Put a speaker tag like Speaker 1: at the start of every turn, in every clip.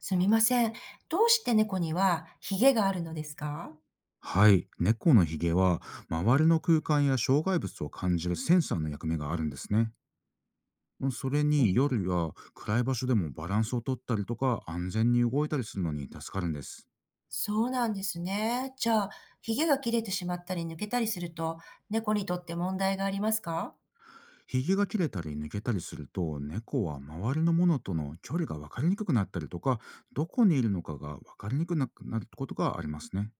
Speaker 1: すみません。どうして猫にはヒゲがあるのですか？
Speaker 2: はい、猫のヒゲは周りの空間や障害物を感じるセンサーの役目があるんですね。それに
Speaker 1: え
Speaker 2: 夜や暗い場所でもバランスをとったりとか、安全に動いたりするのに助かるんです。
Speaker 1: そうなんですね。じゃあ、ヒゲが切れてしまったり抜けたりすると、猫にとって問題がありますか？
Speaker 2: ヒゲが切れたり抜けたりすると、猫は周りのものとの距離が分かりにくくなったりとか、どこにいるのかが分かりにくくなることがありますね。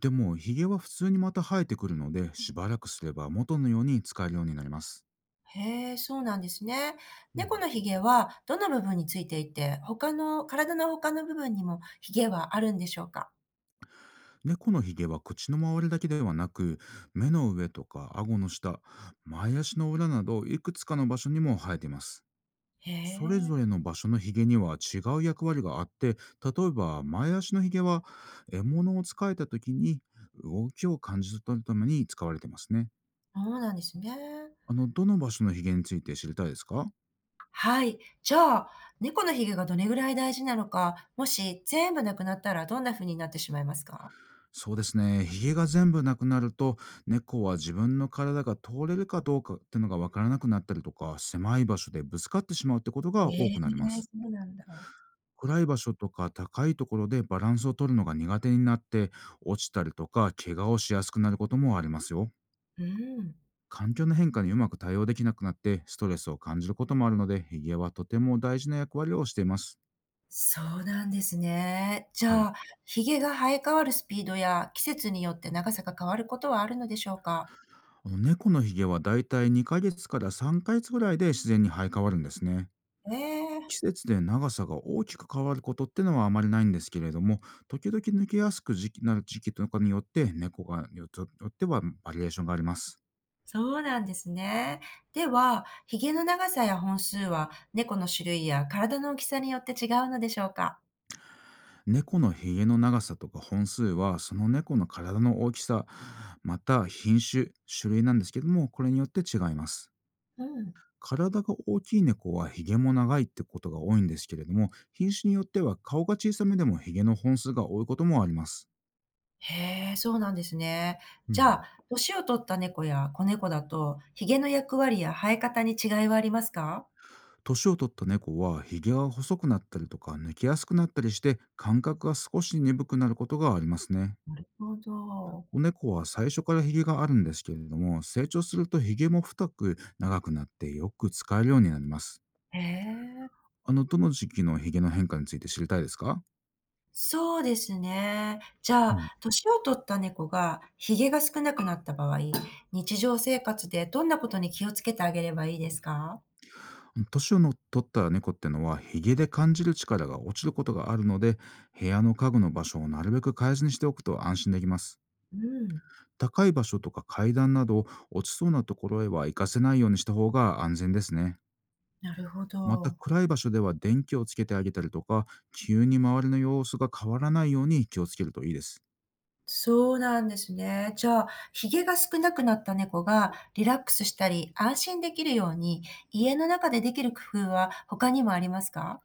Speaker 2: でもヒゲは普通にまた生えてくるので、しばらくすれば元のように使えるようになります。
Speaker 1: へえ、そうなんですね。
Speaker 2: う
Speaker 1: 猫
Speaker 2: ん。
Speaker 1: のヒゲはどの部分についていて、他の体の他の部分にもヒゲはあるんでしょうか？
Speaker 2: 猫のひげは口の周りだけではなく、目の上とか顎の下、前足の裏などいくつかの場所にも生えています。
Speaker 1: へ
Speaker 2: それ
Speaker 1: え、
Speaker 2: ぞれの場所のひげには違う役割があって、例えば前足のひげは獲物を使えた時に動きを感じ取るために使われてますね。
Speaker 1: そうなんですね。
Speaker 2: どの場所のひげについて知りたいですか？
Speaker 1: はい。じゃあ、猫のヒゲがどれぐらい大事なのか、もし全部なくなったらどんな風になってしまいますか？
Speaker 2: そうですね。ヒゲが全部なくなると、猫は自分の体が通れるかどうかってのがわからなくなったりとか、狭い場所でぶつかってしまうってことが
Speaker 1: え
Speaker 2: 多く
Speaker 1: え、
Speaker 2: なります。
Speaker 1: そうなんだ。
Speaker 2: 暗い場所とか高いところでバランスを取るのが苦手になって、落ちたりとか怪我をしやすくなることもありますよ。
Speaker 1: うん。
Speaker 2: 環境の変化にうまく対応できなくなって、ストレスを感じることもあるので、ヒゲはとても大事な役割をしています。
Speaker 1: そうなんですね。じ
Speaker 2: はい。
Speaker 1: ゃあ、ひげが生え変わるスピードや季節によって長さが変わることはあるのでしょうか？
Speaker 2: 猫のヒゲはだいたい2ヶ月から3ヶ月ぐらいで自然に生え変わるんですね。
Speaker 1: ええ、
Speaker 2: 季節で長さが大きく変わることってのはあまりないんですけれども、時々抜けやすくなる時期とかによって、猫がよっては、バリエーションがあります。
Speaker 1: そうなんですね。では、ひげの長さや本数は猫の種類や体の大きさによって違うのでしょうか？
Speaker 2: 猫のひげの長さとか本数は、その猫の体の大きさ、また品種、種類なんですけども、これによって違います。
Speaker 1: うん。
Speaker 2: 体が大きい猫はヒゲも長いってことが多いんですけれども、品種によっては顔が小さめでもヒゲの本数が多いこともあります。
Speaker 1: へえ、そうなんですね。
Speaker 2: う
Speaker 1: じ
Speaker 2: ん。
Speaker 1: ゃあ、年を取った猫や子猫だと、ひげの役割や生え方に違いはありますか？
Speaker 2: 年を取った猫はひげが細くなったりとか抜けやすくなったりして、感覚が少し鈍くなることがありますね。
Speaker 1: なるほど。
Speaker 2: 子猫は最初からひげがあるんですけれども、成長するとひげも太く長くなってよく使えるようになります。
Speaker 1: へえ。
Speaker 2: どの時期のひげの変化について知りたいですか？
Speaker 1: そうですね。じゃ
Speaker 2: う
Speaker 1: あ、
Speaker 2: ん、
Speaker 1: 年を取った猫がひげが少なくなった場合、日常生活でどんなことに気をつけてあげればいいですか？
Speaker 2: 年をの取った猫ってのはひげで感じる力が落ちることがあるので、部屋の家具の場所をなるべく変えずにしておくと安心できます。
Speaker 1: うん、
Speaker 2: 高い場所とか階段など落ちそうなところへは行かせないようにした方が安全ですね。
Speaker 1: なるほ
Speaker 2: また
Speaker 1: ど。
Speaker 2: 暗い場所では電気をつけてあげたりとか、急に周りの様子が変わらないように気をつけるといいです。
Speaker 1: そうなんですね。じゃあ、ひげが少なくなった猫がリラックスしたり、安心できるように、家の中でできる工夫は他にもありますか？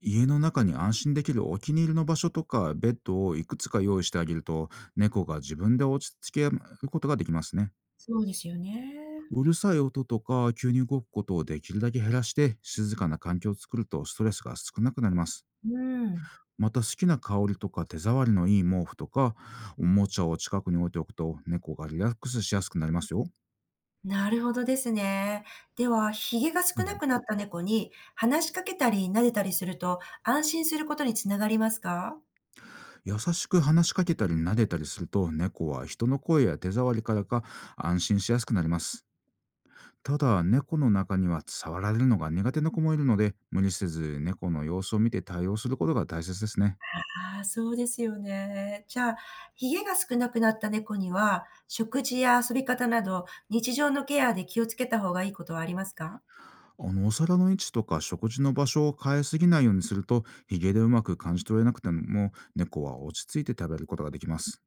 Speaker 2: 家の中に安心できるお気に入りの場所とかベッドをいくつか用意してあげると、猫が自分で落ち着けることができますね。
Speaker 1: そうですよね。
Speaker 2: うるさい音とか急に動くことをできるだけ減らして、静かな環境を作るとストレスが少なくなります。
Speaker 1: うん。
Speaker 2: また好きな香りとか手触りのいい毛布とかおもちゃを近くに置いておくと、猫がリラックスしやすくなりますよ。
Speaker 1: なるほどですね。では、ひげが
Speaker 2: う
Speaker 1: 少な
Speaker 2: ん、
Speaker 1: くなった猫に話しかけたり撫でたりすると安心することにつながりますか？
Speaker 2: 優しく話しかけたり撫でたりすると、猫は人の声や手触りから、安心しやすくなります。ただ猫の中には触られるのが苦手な子もいるので、無理せず猫の様子を見て対応することが大切ですね。
Speaker 1: ああ、そうですよね。じゃあ、ひげが少なくなった猫には、食事や遊び方など、日常のケアで気をつけた方がいいことはありますか？
Speaker 2: お皿の位置とか食事の場所を変えすぎないようにすると、ヒゲでうまく感じ取れなくても猫は落ち着いて食べることができます。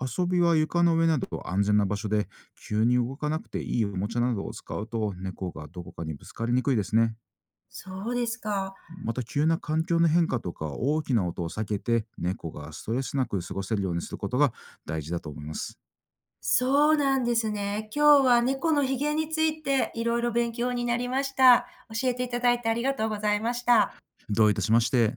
Speaker 2: 遊びは床の上など安全な場所で、急に動かなくていいおもちゃなどを使うと、猫がどこかにぶつかりにくいですね。
Speaker 1: そうですか。
Speaker 2: また、急な環境の変化とか大きな音を避けて、猫がストレスなく過ごせるようにすることが大事だと思います。
Speaker 1: そうなんですね。今日は猫のひげについていろいろ勉強になりました。教えていただいてありがとうございました。
Speaker 2: どういたしまして。